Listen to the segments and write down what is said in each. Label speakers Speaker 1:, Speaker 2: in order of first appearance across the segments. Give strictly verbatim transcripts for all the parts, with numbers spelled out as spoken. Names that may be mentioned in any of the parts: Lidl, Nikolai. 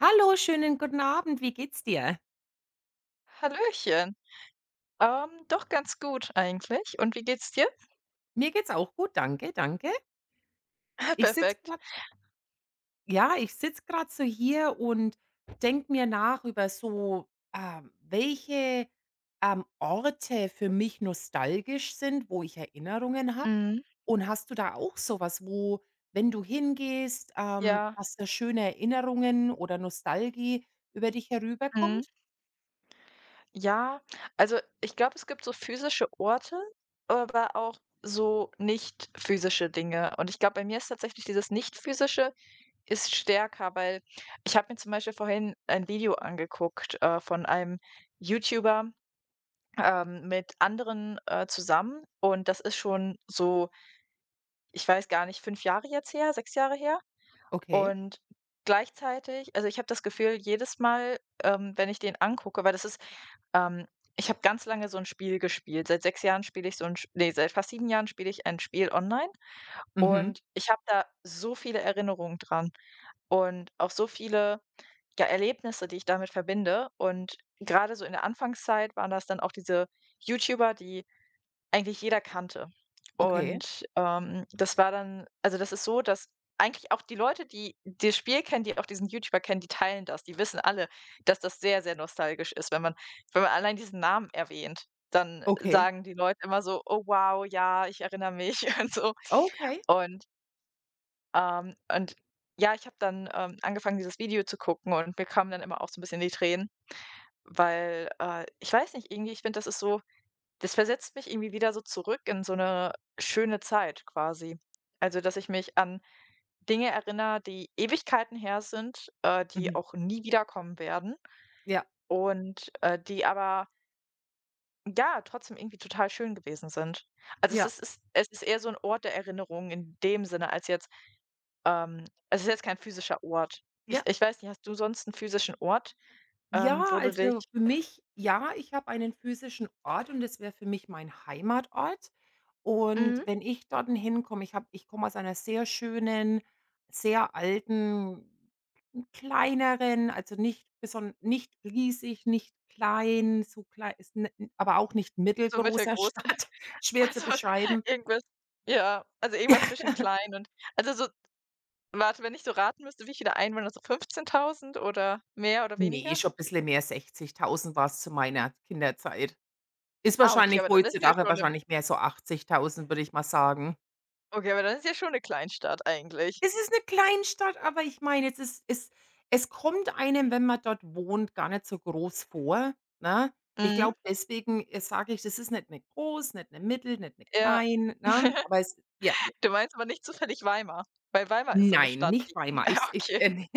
Speaker 1: Hallo, schönen guten Abend. Wie geht's dir?
Speaker 2: Hallöchen. Ähm, doch ganz gut eigentlich. Und wie geht's dir?
Speaker 1: Mir geht's auch gut, danke, danke. Ich sitze
Speaker 2: Perfekt.
Speaker 1: grad ja, ich sitze grad so hier und denke mir nach über so, ähm, welche, ähm, Orte für mich nostalgisch sind, wo ich Erinnerungen habe.
Speaker 2: Mhm.
Speaker 1: Und hast du da auch so was, wo, wenn du hingehst, ähm,
Speaker 2: Ja.
Speaker 1: dass da schöne Erinnerungen oder Nostalgie über dich
Speaker 2: Mhm.
Speaker 1: herüberkommt?
Speaker 2: Ja, also ich glaube, es gibt so physische Orte, aber auch so nicht physische Dinge. Und ich glaube, bei mir ist tatsächlich dieses nicht physische ist stärker, weil ich habe mir zum Beispiel vorhin ein Video angeguckt äh, von einem YouTuber, ähm, mit anderen äh, zusammen. Und das ist schon so, ich weiß gar nicht, fünf Jahre jetzt her, sechs Jahre her.
Speaker 1: Okay.
Speaker 2: Und gleichzeitig also, ich habe das Gefühl, jedes Mal, ähm, wenn ich den angucke, weil das ist ähm, ich habe ganz lange so ein Spiel gespielt. Seit sechs Jahren spiele ich so ein Sch ne, seit fast sieben Jahren spiele ich ein Spiel online
Speaker 1: Mhm.
Speaker 2: und ich habe da so viele Erinnerungen dran und auch so viele, ja, Erlebnisse, die ich damit verbinde. Und gerade so in der Anfangszeit waren das dann auch diese YouTuber, die eigentlich jeder kannte.
Speaker 1: Okay.
Speaker 2: Und, ähm, das war dann also, das ist so, dass eigentlich auch die Leute, die das Spiel kennen, die auch diesen YouTuber kennen, die teilen das. Die wissen alle, dass das sehr, sehr nostalgisch ist. Wenn man wenn man allein diesen Namen erwähnt, dann
Speaker 1: Okay.
Speaker 2: sagen die Leute immer so: „Oh wow, ja, ich erinnere mich“ und so.
Speaker 1: Okay.
Speaker 2: Und, ähm und ja, ich habe dann, ähm, angefangen, dieses Video zu gucken, und mir kamen dann immer auch so ein bisschen die Tränen, weil, äh, ich weiß nicht, irgendwie ich finde, das ist so, das versetzt mich irgendwie wieder so zurück in so eine schöne Zeit quasi. Also, dass ich mich an Dinge erinnere, die Ewigkeiten her sind, äh, die
Speaker 1: Mhm.
Speaker 2: auch nie wiederkommen werden
Speaker 1: Ja,
Speaker 2: und, äh, die aber, ja, trotzdem irgendwie total schön gewesen sind. Also, es
Speaker 1: ja,
Speaker 2: ist ist es ist eher so ein Ort der Erinnerung in dem Sinne als jetzt, ähm, es ist jetzt kein physischer Ort. Ich
Speaker 1: ja.
Speaker 2: ich weiß nicht, hast du sonst einen physischen Ort, ähm,
Speaker 1: Ja,
Speaker 2: wo du dich.
Speaker 1: also für mich, ja, ich habe einen physischen Ort und das wäre für mich mein Heimatort. Und
Speaker 2: Mhm.
Speaker 1: wenn ich dorthin hinkomme ich habe Ich komme aus einer sehr schönen, sehr alten, kleineren, also nicht beson nicht riesig, nicht klein, so klein ist n aber auch nicht
Speaker 2: So
Speaker 1: mittelgroßer
Speaker 2: mittelgroß.
Speaker 1: Stadt, schwer zu
Speaker 2: Also,
Speaker 1: beschreiben.
Speaker 2: irgendwas, ja, also, irgendwas zwischen klein und, also, so, warte, wenn ich so raten müsste, wie viele Einwohner, so fünfzehntausend oder mehr oder
Speaker 1: Ne,
Speaker 2: weniger?
Speaker 1: schon ein bisschen mehr, sechzigtausend war's zu meiner Kinderzeit. Ist
Speaker 2: Ah, okay,
Speaker 1: wahrscheinlich
Speaker 2: aber dann ist ja
Speaker 1: heutzutage
Speaker 2: schon 'ne
Speaker 1: wahrscheinlich mehr so achtzigtausend, würde ich mal sagen.
Speaker 2: okay, aber dann ist ja schon eine Kleinstadt eigentlich.
Speaker 1: Es ist 'ne Kleinstadt, aber ich meine, es ist es es kommt einem, wenn man dort wohnt, gar nicht so groß vor, ne? Ich
Speaker 2: Mhm,
Speaker 1: glaube, deswegen, äh, sage ich, das ist nicht 'ne groß, nicht 'ne mittel, nicht 'ne
Speaker 2: ja.
Speaker 1: klein, ne? Aber es, ja,
Speaker 2: Du meinst aber nicht zufällig Weimar? Weil Weimar ist so eine
Speaker 1: nein,
Speaker 2: Stadt,
Speaker 1: nicht
Speaker 2: die
Speaker 1: Weimar. Ich s ich,
Speaker 2: okay,
Speaker 1: äh, ne.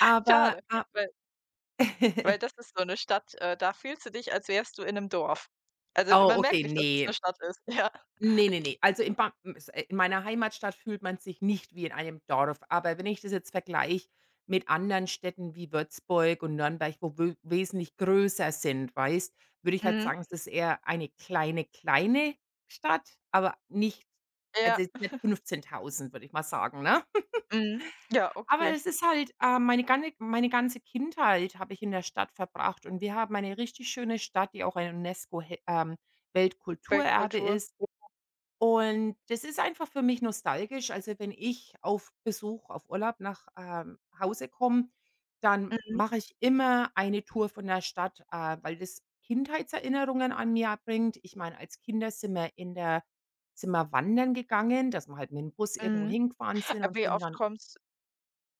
Speaker 1: Aber,
Speaker 2: schade,
Speaker 1: ah
Speaker 2: weil, weil das ist so eine Stadt, äh, da fühlst du dich, als wärst du in einem Dorf. Also,
Speaker 1: Oh,
Speaker 2: man
Speaker 1: okay,
Speaker 2: merkt nicht, dass es das
Speaker 1: ne.
Speaker 2: eine Stadt ist. Ja.
Speaker 1: Ne, ne, ne. Also, in ba äh, in meiner Heimatstadt fühlt man sich nicht wie in einem Dorf. Aber wenn ich das jetzt vergleiche mit anderen Städten wie Würzburg und Nürnberg, wo we wesentlich größer sind, weißt, würde ich halt
Speaker 2: Mhm.
Speaker 1: sagen, es ist eher eine kleine, kleine Stadt, aber nicht, also,
Speaker 2: Ja.
Speaker 1: jetzt nicht fünfzehntausend, würde ich mal sagen, ne?
Speaker 2: Mhm. Ja,
Speaker 1: Aber
Speaker 2: okay.
Speaker 1: es ist halt, äh, meine ganze meine ganze Kindheit habe ich in der Stadt verbracht und wir haben eine richtig schöne Stadt, die auch ein UNESCO ähm, Weltkulturerbe
Speaker 2: Weltkultur.
Speaker 1: ist. Und das ist einfach für mich nostalgisch. Also, wenn ich auf Besuch, auf Urlaub nach, ähm, Hause komme, dann
Speaker 2: Mhm.
Speaker 1: mache ich immer eine Tour von der Stadt, äh, weil das Kindheitserinnerungen an mir bringt. Ich meine, als Kinder sind wir in der sind wir wandern gegangen, dass wir halt mit dem Bus irgendwo
Speaker 2: Mhm.
Speaker 1: hingefahren sind.
Speaker 2: Äh,
Speaker 1: und
Speaker 2: wie
Speaker 1: sind
Speaker 2: oft
Speaker 1: dann
Speaker 2: kommst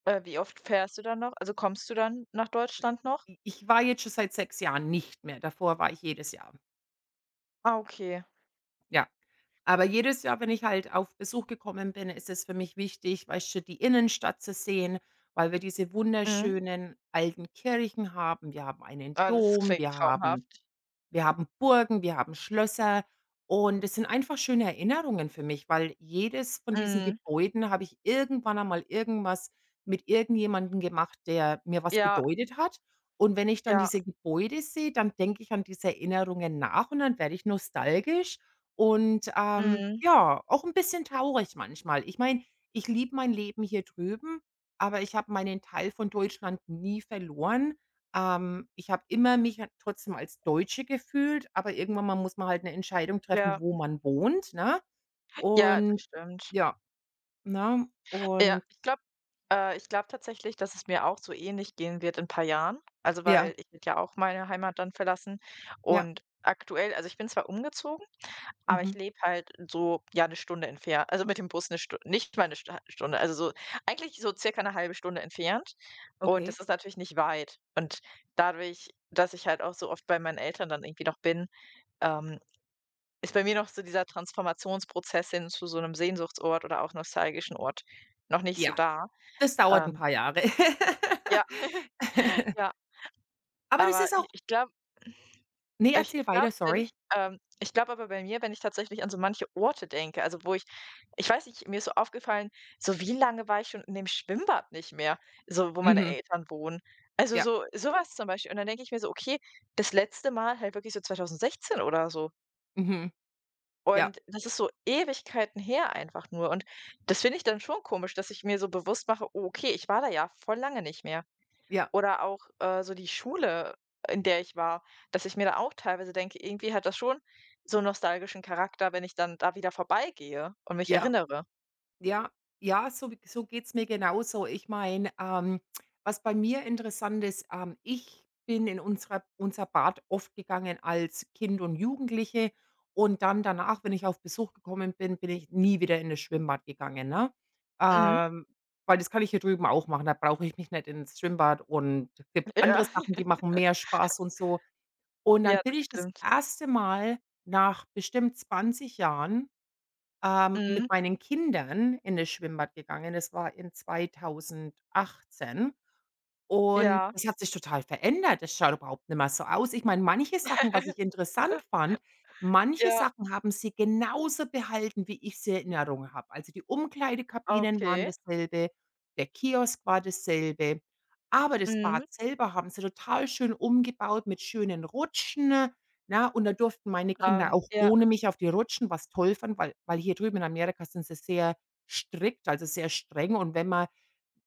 Speaker 2: äh, wie oft fährst du dann noch? Also, kommst du dann nach
Speaker 1: i
Speaker 2: Deutschland noch?
Speaker 1: ich war jetzt schon seit sechs Jahren nicht mehr. Davor war ich jedes Jahr.
Speaker 2: Ah, okay.
Speaker 1: Ja. Aber jedes Jahr, wenn ich halt auf Besuch gekommen bin, ist es für mich wichtig, weißt du, die Innenstadt zu sehen, weil wir diese
Speaker 2: Mhm.
Speaker 1: wunderschönen alten Kirchen haben. Wir haben einen
Speaker 2: Ah, das
Speaker 1: Dom,
Speaker 2: klingt
Speaker 1: wir haben
Speaker 2: traumhaft.
Speaker 1: wir haben Burgen, wir haben Schlösser und es sind einfach schöne Erinnerungen für mich, weil jedes von diesen
Speaker 2: Mhm.
Speaker 1: Gebäuden habe ich irgendwann einmal irgendwas mit irgendjemandem gemacht, der mir was
Speaker 2: Ja,
Speaker 1: bedeutet hat. Und wenn ich dann
Speaker 2: ja,
Speaker 1: diese Gebäude sehe, dann denke ich an diese Erinnerungen nach und dann werde ich nostalgisch und, ähm,
Speaker 2: mhm.
Speaker 1: ja, auch ein bisschen traurig manchmal. Ich meine, ich liebe mein Leben hier drüben, aber ich habe meinen Teil von Deutschland nie verloren. Ähm, ich habe immer mich halt trotzdem als Deutsche gefühlt, aber irgendwann mal muss man halt 'ne Entscheidung treffen,
Speaker 2: Ja,
Speaker 1: wo man wohnt, ne?
Speaker 2: ja, das
Speaker 1: Und
Speaker 2: stimmt.
Speaker 1: ja, ne?
Speaker 2: Ja,
Speaker 1: Und
Speaker 2: ich glaube äh, ich glaube tatsächlich, dass es mir auch so ähnlich gehen wird in ein paar Jahren. Also,
Speaker 1: ja,
Speaker 2: weil ich werde ja auch meine Heimat dann verlassen,
Speaker 1: ja,
Speaker 2: und aktuell also, ich bin zwar umgezogen. Aber ich
Speaker 1: mhm,
Speaker 2: lebe halt so, ja, eine Stunde entfernt, also, mit dem Bus eine Stunde, nicht mal eine Sta Stunde, also, so eigentlich so circa eine halbe Stunde entfernt, und
Speaker 1: okay.
Speaker 2: das ist natürlich nicht weit. Und dadurch, dass ich halt auch so oft bei meinen Eltern dann irgendwie noch bin, ähm, ist bei mir noch so dieser Transformationsprozess hin zu so einem Sehnsuchtsort oder auch nostalgischen Ort noch nicht so
Speaker 1: Ja,
Speaker 2: da.
Speaker 1: das dauert 'n
Speaker 2: Ähm,
Speaker 1: paar Jahre.
Speaker 2: ja, ja,
Speaker 1: Aber das
Speaker 2: aber
Speaker 1: ist auch,
Speaker 2: i ich glaube.
Speaker 1: ne,
Speaker 2: Ich
Speaker 1: erzähl weiter,
Speaker 2: glaube, wenn
Speaker 1: sorry.
Speaker 2: ich, ähm, ich glaube aber bei mir, wenn ich tatsächlich an so manche Orte denke, also wo ich ich weiß nicht, mir ist so aufgefallen, so wie lange war ich schon in dem Schwimmbad nicht mehr, so wo meine
Speaker 1: Mhm,
Speaker 2: Eltern wohnen. Also
Speaker 1: ja,
Speaker 2: so sowas zum Beispiel. Und dann denke ich mir so: „Okay, das letzte Mal halt wirklich so zwanzig sechzehn oder so.“
Speaker 1: mhm, ja,
Speaker 2: Und das ist so Ewigkeiten her einfach nur. Und das finde ich dann schon komisch, dass ich mir so bewusst mache: „Oh, okay, ich war da ja voll lange nicht mehr.“
Speaker 1: ja,
Speaker 2: Oder auch, äh, so die Schule, in der ich war, dass ich mir da auch teilweise denke, irgendwie hat das schon so einen nostalgischen Charakter, wenn ich dann da wieder vorbeigehe und mich
Speaker 1: ja.
Speaker 2: erinnere.
Speaker 1: Ja, ja, so g so geht's mir genauso. Ich meine, ähm, was bei mir interessant ist, ähm, ich bin in unserer unser Bad oft gegangen als Kind und Jugendliche und dann danach, wenn ich auf Besuch gekommen bin, bin ich nie wieder in das Schwimmbad gegangen, ne?
Speaker 2: Mhm.
Speaker 1: Ähm, Weil das kann ich hier drüben auch machen, da brauche ich mich nicht ins Schwimmbad und es gibt andere
Speaker 2: Ja.
Speaker 1: Sachen, die machen mehr Spaß und so. Und dann
Speaker 2: Ja,
Speaker 1: bin
Speaker 2: das
Speaker 1: ich das
Speaker 2: stimmt.
Speaker 1: erste Mal nach bestimmt zwanzig Jahren, ähm,
Speaker 2: Mhm.
Speaker 1: mit meinen Kindern in das Schwimmbad gegangen. Das war in zweitausendachtzehn. Und
Speaker 2: Ja.
Speaker 1: das hat sich total verändert. Das schaut überhaupt nicht mehr so aus. Ich meine, manche Sachen, was ich interessant fand, manche
Speaker 2: Ja,
Speaker 1: Sachen haben sie genauso behalten, wie ich sie in Erinnerung habe. Also, die Umkleidekabinen waren
Speaker 2: okay.
Speaker 1: dasselbe, der Kiosk war dasselbe, aber das Bad
Speaker 2: Mhm.
Speaker 1: selber haben sie total schön umgebaut mit schönen Rutschen. Na, und da durften meine Kinder
Speaker 2: Ähm,
Speaker 1: auch
Speaker 2: ja.
Speaker 1: ohne mich auf die Rutschen, was toll fand, weil weil hier drüben in Amerika sind sie sehr strikt, also, sehr streng und wenn man,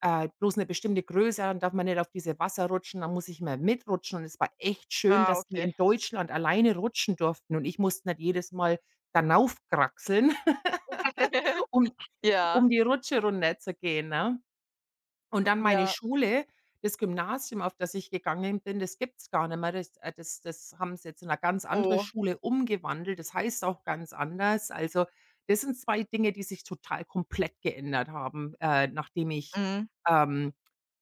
Speaker 1: äh, bloß eine bestimmte Größe, dann darf man nicht auf diese Wasser rutschen, dann muss ich immer mitrutschen und es war echt schön,
Speaker 2: Ah,
Speaker 1: dass die in
Speaker 2: okay.
Speaker 1: Deutschland alleine rutschen durften und ich musste nicht jedes Mal da raufkraxeln, um um
Speaker 2: Ja,
Speaker 1: die Rutsche runterzugehen, ne? Und dann meine
Speaker 2: ja.
Speaker 1: Schule, das Gymnasium, auf das ich gegangen bin, das gibt's gar nicht mehr. Das äh, das das haben sie jetzt in eine ganz andere
Speaker 2: Oh,
Speaker 1: Schule umgewandelt. Das heißt auch ganz anders. Also, das sind zwei Dinge, die sich total komplett geändert haben, äh, nachdem ich,
Speaker 2: mhm.
Speaker 1: ähm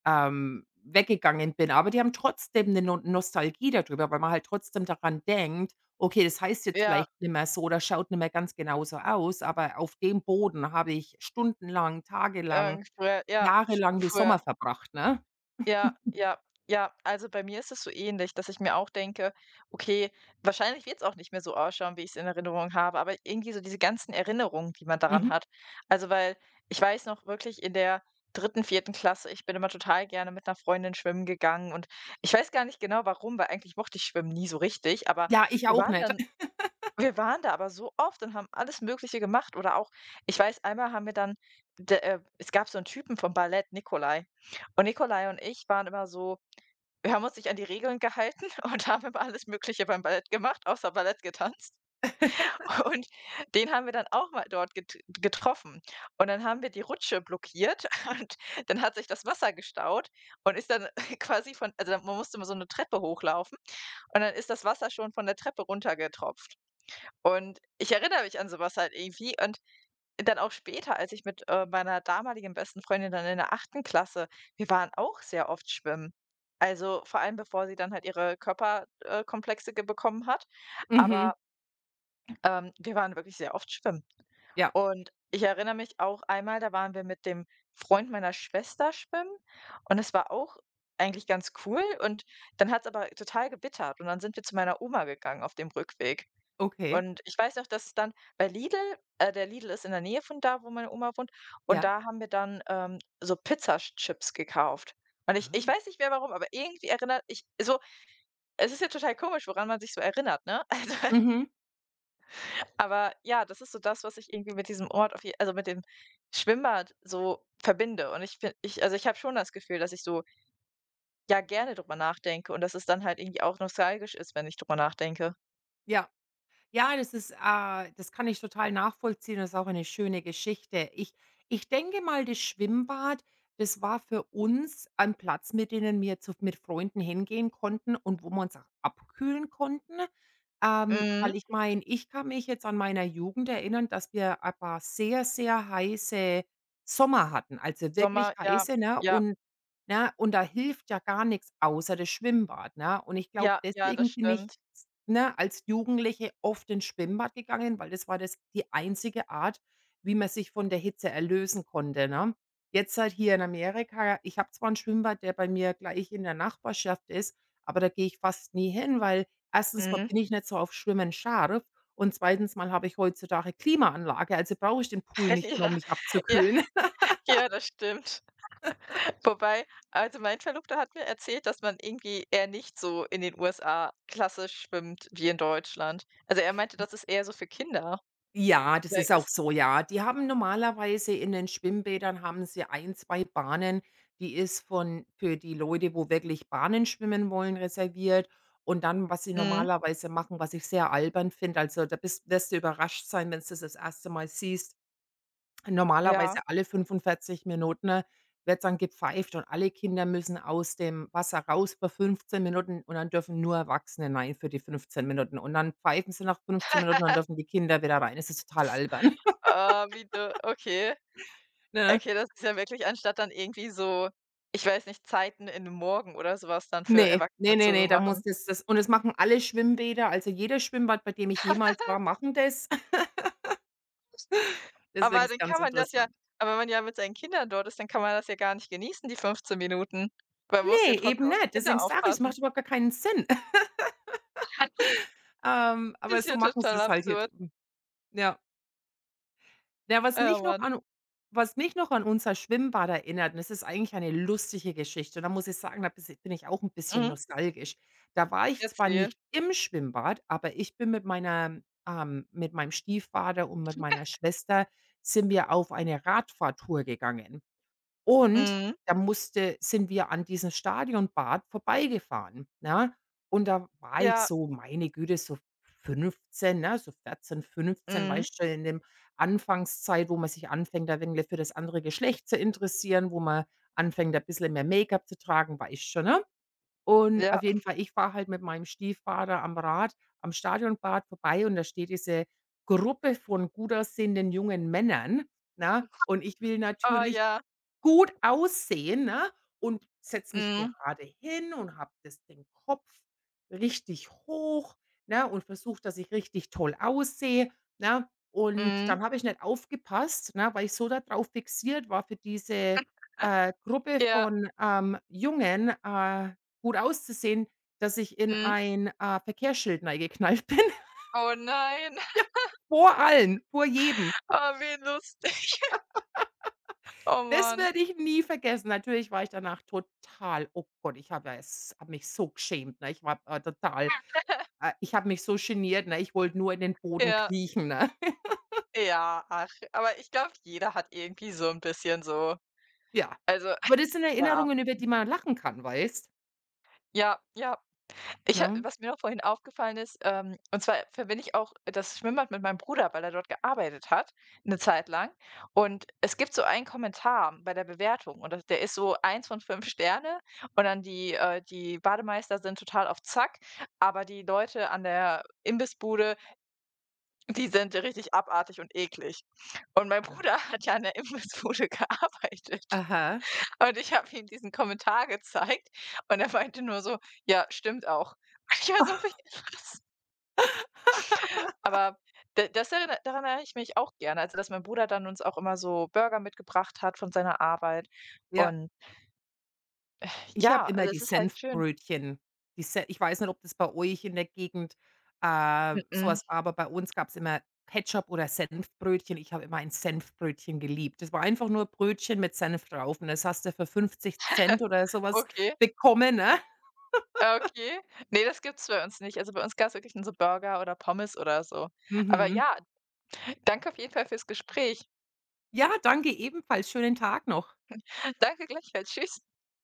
Speaker 1: ähm, weggegangen bin. Aber die haben trotzdem eine No Nostalgie darüber, weil man halt trotzdem daran denkt: „Okay, das heißt jetzt
Speaker 2: Ja,
Speaker 1: vielleicht nicht mehr so oder schaut nicht mehr ganz genauso aus, aber auf dem Boden habe ich stundenlang, tagelang,
Speaker 2: ähm, früher ja, sch
Speaker 1: jahrelang die Sommer
Speaker 2: früher.
Speaker 1: verbracht", ne?
Speaker 2: Ja, ja, ja. Also, bei mir ist es so ähnlich, dass ich mir auch denke: „Okay, wahrscheinlich wird es auch nicht mehr so ausschauen, wie ich es in Erinnerung habe“, aber irgendwie so diese ganzen Erinnerungen, die man daran
Speaker 1: Mhm.
Speaker 2: hat. Also, weil ich weiß noch wirklich in der dritten, vierten Klasse, ich bin immer total gerne mit einer Freundin schwimmen gegangen, und ich weiß gar nicht genau warum, weil eigentlich mochte ich Schwimmen nie so richtig, aber
Speaker 1: Ja, ich
Speaker 2: wir
Speaker 1: auch
Speaker 2: waren
Speaker 1: nicht.
Speaker 2: dann wir waren da aber so oft und haben alles Mögliche gemacht, oder auch ich weiß, einmal haben wir dann d äh, es gab so einen Typen vom Ballett, Nikolai. Und Nikolai und ich waren immer so, wir haben uns nicht an die Regeln gehalten und haben immer alles Mögliche beim Ballett gemacht, außer Ballett getanzt. Und den haben wir dann auch mal dort get getroffen. Und dann haben wir die Rutsche blockiert und dann hat sich das Wasser gestaut und ist dann quasi von, also, man musste immer so eine Treppe hochlaufen und dann ist das Wasser schon von der Treppe runtergetropft. Und ich erinnere mich an sowas halt irgendwie, und dann auch später, als ich mit, äh, meiner damaligen besten Freundin dann in der achten Klasse, wir waren auch sehr oft schwimmen. Also, vor allem bevor sie dann halt ihre Körperkomplexe äh, Komplexe ge bekommen hat.
Speaker 1: Mhm.
Speaker 2: Aber, ähm, wir waren wirklich sehr oft schwimmen.
Speaker 1: Ja,
Speaker 2: Und ich erinnere mich auch einmal, da waren wir mit dem Freund meiner Schwester schwimmen, und es war auch eigentlich ganz cool, und dann hat's aber total gewittert und dann sind wir zu meiner Oma gegangen auf dem Rückweg.
Speaker 1: okay.
Speaker 2: Und ich weiß noch, dass es dann bei Lidl, äh, der Lidl ist in der Nähe von da, wo meine Oma wohnt, und
Speaker 1: Ja.
Speaker 2: da haben wir dann, ähm, so Pizzachips gekauft. Und ich ich
Speaker 1: Oh.
Speaker 2: weiß nicht mehr warum, aber irgendwie erinnert ich so, es ist ja total komisch, woran man sich so erinnert, ne? Also,
Speaker 1: Mhm.
Speaker 2: aber ja, das ist so das, was ich irgendwie mit diesem Ort auf je, also mit dem Schwimmbad so verbinde. Und ich finde, ich, also, ich habe schon das Gefühl, dass ich so, ja, gerne drüber nachdenke und dass es dann halt irgendwie auch nostalgisch ist, wenn ich drüber nachdenke.
Speaker 1: Ja. Ja, das ist äh, das kann ich total nachvollziehen. Das ist auch eine schöne Geschichte. Ich ich denke mal, das Schwimmbad, das war für uns ein Platz, mit denen wir zu mit Freunden hingehen konnten und wo wir uns auch abkühlen konnten. Ähm,
Speaker 2: Mhm.
Speaker 1: weil ich meine, ich kann mich jetzt an meiner Jugend erinnern, dass wir ein paar sehr, sehr heiße Sommer hatten, also wirklich
Speaker 2: Sommer, ja,
Speaker 1: heiße, ne?
Speaker 2: ja,
Speaker 1: Und ne, und da hilft ja gar nichts außer das Schwimmbad, ne? Und ich glaube,
Speaker 2: ja, ja, das
Speaker 1: deswegen bin ich,
Speaker 2: stimmt.
Speaker 1: ne, als Jugendliche oft ins Schwimmbad gegangen, weil das war das die einzige Art, wie man sich von der Hitze erlösen konnte, ne? Jetzt halt hier in Amerika, ich habe zwar 'n Schwimmbad, der bei mir gleich in der Nachbarschaft ist, aber da gehe ich fast nie hin, weil erstens mal
Speaker 2: Mhm.
Speaker 1: bin ich nicht so auf Schwimmen scharf und zweitens mal habe ich heutzutage Klimaanlage, also brauche ich den Pool nicht mehr, um mich
Speaker 2: Ja, ja,
Speaker 1: abzukühlen.
Speaker 2: ja, das stimmt. Wobei, also, mein Verlobter hat mir erzählt, dass man irgendwie eher nicht so in den U S A klassisch schwimmt wie in Deutschland. Also, er meinte, das ist eher so für Kinder.
Speaker 1: Ja, das
Speaker 2: Da
Speaker 1: ist auch
Speaker 2: ist
Speaker 1: so, ja. Die haben normalerweise In den Schwimmbädern haben sie ein, zwei Bahnen, die ist von für die Leute, wo wirklich Bahnen schwimmen wollen, reserviert. Und dann, was sie
Speaker 2: mhm,
Speaker 1: normalerweise machen, was ich sehr albern finde, also, da bist wirst du überrascht sein, wenn's das das erste Mal siehst.
Speaker 2: ja.
Speaker 1: Normalerweise alle fünfundvierzig Minuten wird dann gepfeift und alle Kinder müssen aus dem Wasser raus für fünfzehn Minuten und dann dürfen nur Erwachsene rein für die fünfzehn Minuten und dann pfeifen sie nach fünfzehn Minuten, und dann dürfen die Kinder wieder rein. Es ist total albern,
Speaker 2: Ah, wie du okay.
Speaker 1: ne?
Speaker 2: Okay, das ist ja wirklich, anstatt dann irgendwie so, ich weiß nicht, Zeiten in den Morgen oder sowas dann für
Speaker 1: Ne, ne,
Speaker 2: Erwachsene
Speaker 1: ne,
Speaker 2: zu
Speaker 1: ne, da muss
Speaker 2: machen.
Speaker 1: das das und das machen alle Schwimmbäder, also jedes Schwimmbad, bei dem ich jemals war, machen das. Deswegen
Speaker 2: Aber
Speaker 1: ist es
Speaker 2: dann
Speaker 1: ganz
Speaker 2: kann man das ja
Speaker 1: interessant.
Speaker 2: aber wenn man ja mit seinen Kindern dort ist, dann kann man das ja gar nicht genießen, die fünfzehn Minuten. Man muss ja
Speaker 1: Ne, eben
Speaker 2: trotzdem auf die
Speaker 1: nicht. Deswegen
Speaker 2: Kinder
Speaker 1: sage ich, es macht
Speaker 2: aufpassen.
Speaker 1: überhaupt gar keinen Sinn. Ähm,
Speaker 2: Das
Speaker 1: aber
Speaker 2: ist
Speaker 1: so
Speaker 2: ja
Speaker 1: machen sie
Speaker 2: total
Speaker 1: es halt hier
Speaker 2: absurd.
Speaker 1: drüben. Ja. Ja, was mich
Speaker 2: Oh
Speaker 1: noch
Speaker 2: Mann.
Speaker 1: an was mich noch an unser Schwimmbad erinnert, und das ist eigentlich eine lustige Geschichte. Und da muss ich sagen, da bis bin ich auch ein bisschen
Speaker 2: Mhm.
Speaker 1: nostalgisch. Da war ich zwar
Speaker 2: Erzähl.
Speaker 1: nicht im Schwimmbad, aber ich bin mit meiner ähm, mit meinem Stiefvater und mit meiner Schwester sind wir auf eine Radfahrtour gegangen. Und
Speaker 2: Mhm.
Speaker 1: da musste sind wir an diesem Stadionbad vorbeigefahren, ne? Und da war ich
Speaker 2: Ja.
Speaker 1: so, meine Güte, so fünfzehn, ne, so vierzehn, fünfzehn,
Speaker 2: Mhm.
Speaker 1: weißt du, in dem Anfangszeit, wo man sich anfängt, ein wenig für das andere Geschlecht zu interessieren, wo man anfängt, ein bisschen mehr Make-up zu tragen, weißt schon, ne? Und
Speaker 2: Ja.
Speaker 1: auf jeden Fall, ich fahre halt mit meinem Stiefvater am Rad am Stadionbad vorbei und da steht diese Gruppe von gut aussehenden jungen Männern, ne? Und ich will
Speaker 2: Oh
Speaker 1: natürlich
Speaker 2: ja.
Speaker 1: gut aussehen, ne, und setze mich
Speaker 2: Mhm.
Speaker 1: gerade hin und habe das den Kopf richtig hoch, ne, und versuche, dass ich richtig toll aussehe, ne? Und
Speaker 2: Mhm.
Speaker 1: dann habe ich nicht aufgepasst, ne, weil ich so da drauf fixiert war, für diese, äh, Gruppe
Speaker 2: Ja.
Speaker 1: von, ähm, Jungen, äh, gut auszusehen, dass ich in
Speaker 2: Mhm.
Speaker 1: ein, äh, Verkehrsschild reingeknallt bin.
Speaker 2: Oh nein.
Speaker 1: Vor allen, vor jedem.
Speaker 2: Oh, wie lustig. Oh
Speaker 1: Das
Speaker 2: Mann.
Speaker 1: werde ich nie vergessen. Natürlich war ich danach total, oh Gott, ich habe ja es habe mich so geschämt, ne? Ich war, äh, total äh, ich habe mich so geniert, ne? Ich wollte nur in den Boden
Speaker 2: Ja.
Speaker 1: kriechen, ne?
Speaker 2: Ja, ach, aber ich glaube, jeder hat irgendwie so ein bisschen so,
Speaker 1: Ja.
Speaker 2: also,
Speaker 1: Aber das sind
Speaker 2: ja.
Speaker 1: Erinnerungen, über die man lachen kann, weißt,
Speaker 2: Ja, ja. Ich ha
Speaker 1: ne?
Speaker 2: was mir noch vorhin aufgefallen ist, ähm, und zwar verbinde ich auch das Schwimmbad mit meinem Bruder, weil er dort gearbeitet hat, eine Zeit lang. Und es gibt so einen Kommentar bei der Bewertung, und das der ist so eins von fünf Sterne, und dann die äh, die Bademeister sind total auf Zack, aber die Leute an der Imbissbude, die sind richtig abartig und eklig. Und mein Bruder hat ja an der Imbissbude gearbeitet.
Speaker 1: Aha.
Speaker 2: Und ich habe ihm diesen Kommentar gezeigt, und er meinte nur so: „Ja, stimmt auch.“ Und ich war so: „Was?“ Aber da das erinner daran erinnere ich mich auch gerne, also, dass mein Bruder dann uns auch immer so Burger mitgebracht hat von seiner Arbeit
Speaker 1: Ja.
Speaker 2: und
Speaker 1: Ich habe
Speaker 2: ja,
Speaker 1: immer
Speaker 2: also,
Speaker 1: die
Speaker 2: es ist halt schön.
Speaker 1: Senfbrötchen. Die Se Ich weiß nicht, ob das bei euch in der Gegend, äh, so
Speaker 2: Mm-mm.
Speaker 1: was war, aber bei uns gab's immer Ketchup oder Senfbrötchen. Ich habe immer ein Senfbrötchen geliebt. Das war einfach nur Brötchen mit Senf drauf und das hast du für fünfzig Cent oder so was
Speaker 2: Okay,
Speaker 1: bekommen, ne?
Speaker 2: okay. Ne, das gibt's bei uns nicht. Also, bei uns gab's wirklich nur so Burger oder Pommes oder so. Aber
Speaker 1: Mhm.
Speaker 2: ja, danke auf jeden Fall fürs Gespräch.
Speaker 1: Ja, danke ebenfalls. Schönen Tag noch.
Speaker 2: Danke gleichfalls. Tschüss.